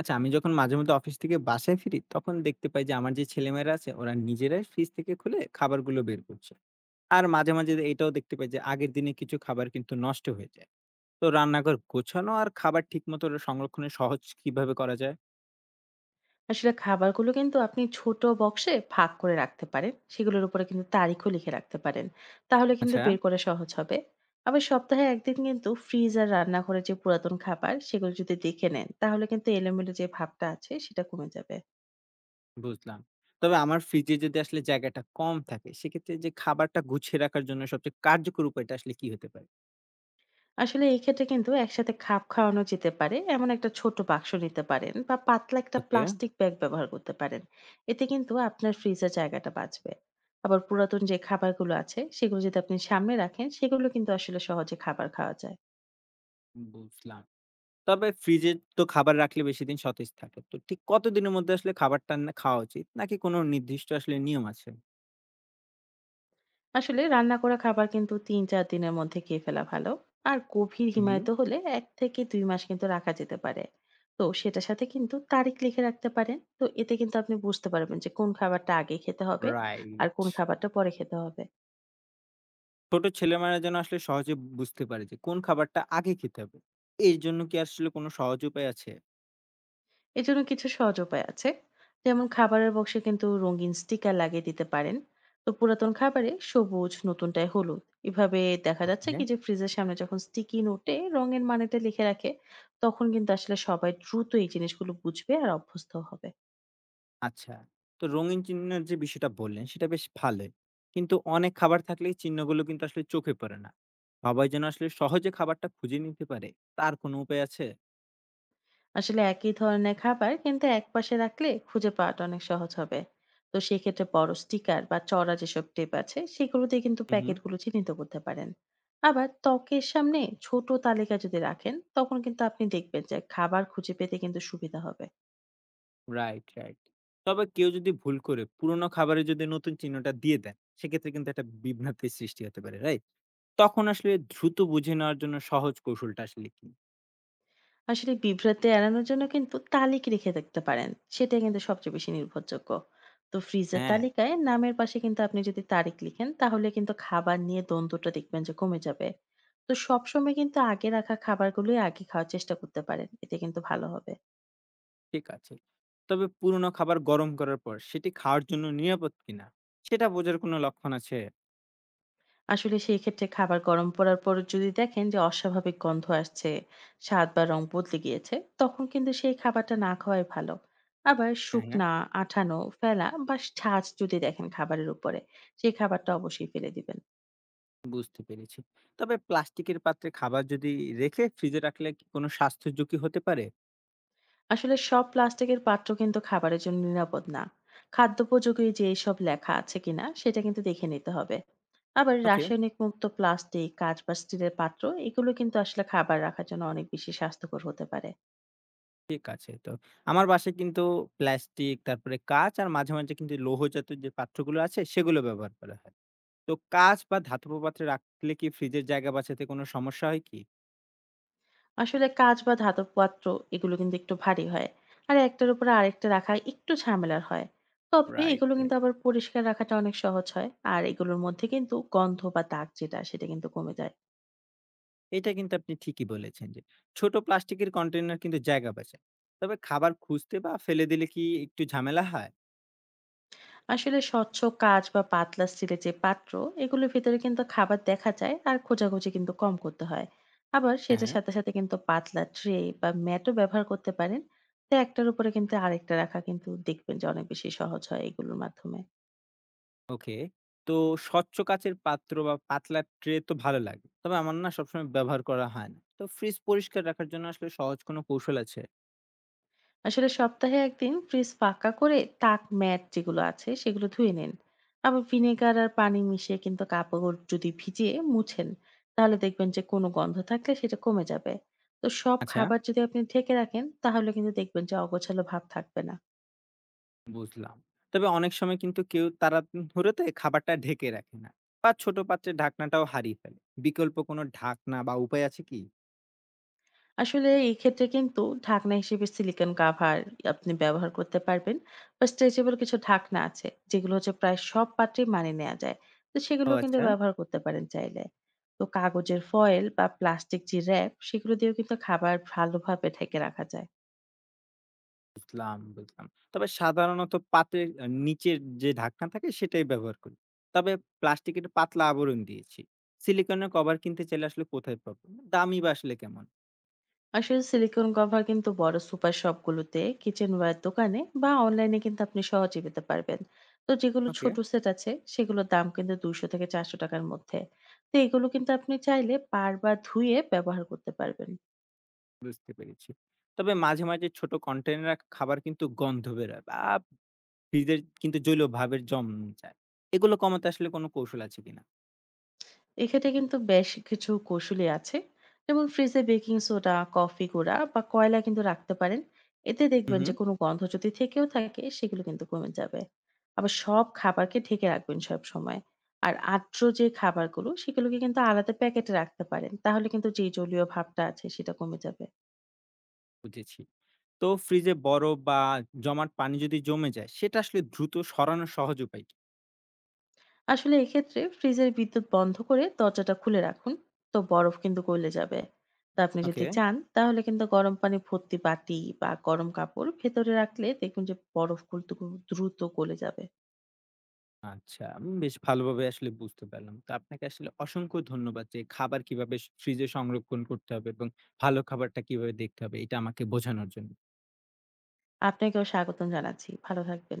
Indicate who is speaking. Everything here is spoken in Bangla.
Speaker 1: আচ্ছা, আমি যখন মাঝেমধ্যে অফিস থেকে বাসায় ফিরি, তখন দেখতে পাই যে আমার যে ছেলেমেয়েরা আছে ওরা নিজেরাই ফ্রিজ থেকে খুলে খাবারগুলো বের করছে। আর মাঝে এটাও দেখতে পাই যে আগের দিনে কিছু খাবার কিন্তু নষ্ট হয়ে যায়। তো রান্নাঘর গোছানো আর খাবার ঠিকমতো সংরক্ষণের সহজ কিভাবে করা যায়?
Speaker 2: আসলে খাবারগুলো কিন্তু আপনি ছোট বক্সে ভাগ করে রাখতে পারেন, সেগুলোর উপরে কিন্তু তারিখও লিখে রাখতে পারেন। তাহলে কিন্তু
Speaker 1: আচ্ছা,
Speaker 2: বের করা সহজ হবে। আবার সপ্তাহে একদিন কিন্তু ফ্রিজ আর রান্নাঘরে যে পুরাতন খাবার সেগুলো যদি দেখে নেন, তাহলে কিন্তু এলোমেলো যে ভাবটা আছে সেটা কমে যাবে।
Speaker 1: বুঝলাম। তবে আমার ফ্রিজে যদি আসলে জায়গাটা কম থাকে, সেক্ষেত্রে যে খাবারটা গুছিয়ে রাখার জন্য সবচেয়ে কার্যকর উপায়টা আসলে কি হতে পারে?
Speaker 2: আসলে এই ক্ষেত্রে কিন্তু একসাথে খাপ খাওয়ানো যেতে পারে এমন একটা ছোট বাক্স নিতে পারেন বা পাতলা একটা
Speaker 1: ওকে,
Speaker 2: প্লাস্টিক ব্যাগ ব্যবহার করতে পারেন। এতে কিন্তু আপনার ফ্রিজের জায়গাটা বাঁচবে। আবার পুরাতন যে খাবারগুলো আছে সেগুলো যদি আপনি সামনে রাখেন, সেগুলো কিন্তু আসলে সহজে খাবার খাওয়া যায়।
Speaker 1: বুঝলাম। তবে ফ্রিজে তো খাবার রাখলে বেশি দিন সতেজ থাকে। তো ঠিক কতদিনের মধ্যে আসলে খাবারটা না খাওয়া উচিত? নাকি কোনো নির্দিষ্ট আসলে নিয়ম আছে?
Speaker 2: আসলে রান্না করা খাবার কিন্তু ৩-৪ দিনের মধ্যে খেয়ে ফেলা ভালো। আর গভীর
Speaker 1: হুম, হুম।
Speaker 2: হিমায়িত হলে ১ থেকে ২ মাস কিন্তু রাখা যেতে পারে। তো সেটার সাথে কিন্তু তারিখ লিখে রাখতে পারেন। তো এতে কিন্তু আপনি বুঝতে পারবেন যে কোন খাবারটা আগে খেতে হবে আর
Speaker 1: রাইট।
Speaker 2: কোন খাবারটা পরে খেতে হবে।
Speaker 1: ছোট ছেলেমেয়েরা যেন আসলে সহজে বুঝতে পারে যে কোন খাবারটা আগে খেতে হবে। এর জন্য কি আসলে কোনো সহজ উপায় আছে?
Speaker 2: এজন্য কিছু সহজ উপায় আছে। যেমন, খাবারের বক্সে কিন্তু রঙিন স্টিকার লাগিয়ে দিতে পারেন। তো পুরাতন খাবারে সবুজ, নতুনটায় হলুদ। এভাবে দেখা যাচ্ছে
Speaker 1: ওকে।
Speaker 2: কি যে ফ্রিজের সামনে যখন স্টিকি নোটে রঙের মানেটা লিখে রাখে, তখন কিন্তু আসলে সবাই দ্রুত এই জিনিসগুলো বুঝবে আর অভ্যস্ত হবে।
Speaker 1: আচ্ছা। তো রঙিন চিহ্নের যে বিষয়টা বললেন সেটা বেশ ভালোই। কিন্তু অনেক খাবার থাকলে এই চিহ্নগুলো কিন্তু আসলে চোখে পড়ে না। সবাই যেন আসলে সহজে খাবারটা খুঁজে নিতে পারে তার কোনো উপায় আছে?
Speaker 2: আসলে একই ধরনের খাবার কিন্তু একপাশে রাখলে খুঁজে পাওয়াটা অনেক সহজ হবে। তো সেক্ষেত্রে বড় স্টিকার বা চড়া যেসব টেপ আছে সেগুলোতে কিন্তু প্যাকেটগুলো চিহ্নিত করতে পারেন। আবার ত্বকের সামনে ছোট তালিকা যদি রাখেন, তখন কিন্তু আপনি দেখবেন যে খাবার খুঁজে পেতে কিন্তু সুবিধা হবে।
Speaker 1: Right, right. তবে কেউ যদি ভুল করে পুরনো খাবারে যদি নতুন চিহ্নটা দিয়ে দেন, সেক্ষেত্রে কিন্তু একটা বিভ্রান্তির সৃষ্টি হতে পারে, রাইট? তখন আসলে দ্রুত বুঝে নেওয়ার জন্য সহজ কৌশলটা আসলে কি?
Speaker 2: আসলে বিভ্রান্তি এড়ানোর জন্য কিন্তু তালিকা রেখে দেখতে পারেন। সেটা কিন্তু সবচেয়ে বেশি নির্ভরযোগ্য। তো ফ্রিজের
Speaker 1: হ্যাঁ,
Speaker 2: তালিকায় নামের পাশে কিন্তু আপনি যদি তারিখ লিখেন, তাহলে কিন্তু খাবার নিয়ে দ্বন্দ্বটা দেখবেন যে কমে যাবে। তো সবসময় কিন্তু আগে রাখা খাবারগুলোই আগে খাওয়ার চেষ্টা করতে পারেন। এতে কিন্তু ভালো হবে।
Speaker 1: ঠিক আছে। তবে পুরনো খাবার গরম করার পর সেটি খাওয়ার জন্য নিরাপদ কিনা সেটা বোঝার কোনো লক্ষণ আছে?
Speaker 2: আসলে সেই ক্ষেত্রে খাবার গরম পড়ার পর যদি দেখেন যে অস্বাভাবিক গন্ধ আসছে, স্বাদ বা রং বদলে গিয়েছে, তখন কিন্তু সেই খাবারটা না খাওয়াই ভালো। আবার
Speaker 1: হ্যাঁ, হ্যাঁ,
Speaker 2: শুকনা, আঠানো, ফেলা বা ছাঁচ যদি দেখেন খাবারের উপরে, সেই খাবারটা অবশ্যই ফেলে দিবেন।
Speaker 1: বুঝতে পেরেছি। তবে প্লাস্টিকের পাত্রে খাবার যদি রেখে ফ্রিজে রাখলে কি কোনো স্বাস্থ্য ঝুঁকি হতে পারে?
Speaker 2: আসলে সব প্লাস্টিকের পাত্র কিন্তু খাবারের জন্য নিরাপদ না। খাদ্যোপযোগী যে এসব লেখা আছে কিনা সেটা কিন্তু দেখে নিতে হবে। আবার
Speaker 1: ওকে।
Speaker 2: রাসায়নিক মুক্ত প্লাস্টিক, কাঁচ বা স্টিলের পাত্র এগুলো কিন্তু আসলে খাবার রাখার জন্য অনেক বেশি স্বাস্থ্যকর হতে পারে।
Speaker 1: ঠিক আছে। তো আমার বাসায় কিন্তু প্লাস্টিক, তারপরে কাঁচ আর মাঝে কিন্তু লৌহজাত যে পাত্রগুলো আছে সেগুলো ব্যবহার করা হয়। তো কাঁচ বা ধাতব পাত্রে রাখলে কি ফ্রিজের জায়গা বাঁচাতে কোনো সমস্যা হয় কি?
Speaker 2: আসলে কাঁচ বা ধাতব পাত্র এগুলো কিন্তু একটু ভারী হয়। আর একটার উপরে আরেকটা রাখা একটু ঝামেলার হয়। তবে
Speaker 1: রাইট,
Speaker 2: এগুলো কিন্তু
Speaker 1: রাইট।
Speaker 2: আবার পরিষ্কার রাখাটা অনেক সহজ হয়। আর এগুলোর মধ্যে কিন্তু গন্ধ বা দাগ যেটা সেটা কিন্তু কমে যায়।
Speaker 1: এটা কিন্তু আপনি ঠিকই বলেছেন যে ছোট প্লাস্টিকের কন্টেইনার কিন্তু জায়গা বাঁচায়। তবে খাবার খুঁজতে বা ফেলে দিলে কি একটু ঝামেলা হয়?
Speaker 2: আসলে স্বচ্ছ কাঁচ বা পাতলা স্টিলের যে পাত্র এগুলোর ভিতরে কিন্তু খাবার দেখা যায় আর খোঁজাখুঁজি কিন্তু কম করতে হয়। আবার
Speaker 1: হ্যাঁ,
Speaker 2: সেটার
Speaker 1: হ্যাঁ।
Speaker 2: সাথে সাথে কিন্তু পাতলা ট্রে বা ম্যাটও ব্যবহার করতে পারেন। তো একটার উপরে কিন্তু আরেকটা রাখা কিন্তু দেখবেন যে অনেক বেশি সহজ হয় এগুলোর মাধ্যমে।
Speaker 1: ওকে। তো স্বচ্ছ কাচের পাত্র বা পাতলা ট্রে তো ভালো লাগে। তবে আমার না সবসময় ব্যবহার করা হয় না। তো ফ্রিজ পরিষ্কার রাখার জন্য আসলে সহজ কোনো কৌশল আছে?
Speaker 2: আসলে সপ্তাহে একদিন ফ্রিজ ফাঁকা করে তাক, ম্যাট যেগুলো আছে সেগুলো ধুয়ে নিন। আবার ভিনেগার আর পানি মিশিয়ে কিন্তু কাপড় যদি ভিজিয়ে মুছেন, তাহলে দেখবেন যে কোনো গন্ধ থাকলে সেটা কমে যাবে। তো সব
Speaker 1: আচ্ছা।
Speaker 2: খাবার যদি আপনি ঢেকে রাখেন, তাহলে কিন্তু দেখবেন যে অগোছালো ভাব থাকবে না।
Speaker 1: বুঝলাম। তবে অনেক সময় কিন্তু কেউ তাড়াহুড়োতে খাবারটা ঢেকে রাখে না বা ছোট পাত্রের ঢাকনাটাও হারিয়ে ফেলে। বিকল্প কোনো ঢাকনা বা উপায় আছে কি?
Speaker 2: আসলে এই ক্ষেত্রে কিন্তু ঢাকনা হিসেবে সিলিকন কাভার আপনি ব্যবহার করতে পারবেন, বা স্ট্রেচেবল কিছু ঢাকনা আছে যেগুলো হচ্ছে প্রায় সব পাত্রে মানিয়ে নেওয়া যায়। তো
Speaker 1: ও
Speaker 2: সেগুলো কিন্তু
Speaker 1: আচ্ছা,
Speaker 2: ব্যবহার করতে পারেন চাইলে। তো কাগজের ফয়েল বা প্লাস্টিক যে র্যাপ সেগুলো দিয়েও কিন্তু খাবার ভালোভাবে ঢেকে রাখা যায়।
Speaker 1: বুঝলাম, বুঝলাম। তবে সাধারণত পাত্রের নিচের যে ঢাকনা থাকে সেটাই ব্যবহার করি। তবে প্লাস্টিকের পাতলা আবরণ দিয়েছি। সিলিকনের কভার কিনতে চাইলে আসলে কোথায় পাবো? দামই বা আসলে কেমন?
Speaker 2: আসলে সিলিকন কভার কিন্তু বড় সুপার শপগুলোতে, কিচেনওয়্যার দোকানে বা অনলাইনে কিন্তু আপনি সহজে পেতে পারবেন। তো যেগুলো
Speaker 1: ওকে,
Speaker 2: ছোট সেট আছে সেগুলোর দাম কিন্তু ২০০ থেকে ৪০০ টাকার মধ্যে। তো এগুলো কিন্তু আপনি চাইলে বারবার ধুয়ে ব্যবহার করতে পারবেন।
Speaker 1: বুঝতে পেরেছি। তবে মাঝে ছোট কন্টেইনারে খাবার কিন্তু গন্ধ বেরোয় বা ফ্রিজের কিন্তু জলীয় ভাবের জম যায়। এগুলো কমাতে আসলে কোনো কৌশল আছে কিনা?
Speaker 2: এক্ষেত্রে কিন্তু বেশ কিছু কৌশলী আছে। যেমন, ফ্রিজে বেকিং সোডা, কফি গুঁড়া বা কয়লা কিন্তু রাখতে পারেন। এতে
Speaker 1: হু,
Speaker 2: দেখবেন
Speaker 1: হু,
Speaker 2: যে কোনো গন্ধ যদি থেকেও থাকে সেগুলো কিন্তু কমে যাবে। আবার সব খাবারকে ঢেকে রাখবেন সব সময়। আর আর্দ্র যে খাবারগুলো সেগুলোকে কিন্তু আলাদা প্যাকেটে রাখতে পারেন, তাহলে কিন্তু যে জলীয় ভাবটা আছে সেটা কমে যাবে।
Speaker 1: বুঝেছি। তো ফ্রিজে বরফ বা জমাট পানি যদি জমে যায়, সেটা আসলে দ্রুত সরানোর সহজ উপায় কি?
Speaker 2: আসলে এক্ষেত্রে ফ্রিজের বিদ্যুৎ বন্ধ করে দরজাটা খুলে রাখুন। তো বরফ কিন্তু গলে যাবে। তো আপনি যদি
Speaker 1: ওকে,
Speaker 2: চান, তাহলে কিন্তু গরম পানি ভর্তি বাটি বা গরম কাপড় ভেতরে রাখলে দেখুন যে বরফ কিন্তু খুব দ্রুত গলে যাবে।
Speaker 1: আচ্ছা। বেশ ভালোভাবে আসলে বুঝতে পারলাম। তো আপনাকে আসলে অসংখ্য ধন্যবাদ যে খাবার কিভাবে ফ্রিজে সংরক্ষণ করতে হবে এবং ভালো খাবারটা কিভাবে দেখতে হবে এটা আমাকে বোঝানোর জন্য।
Speaker 2: আপনাকেও স্বাগতম জানাচ্ছি। ভালো থাকবেন।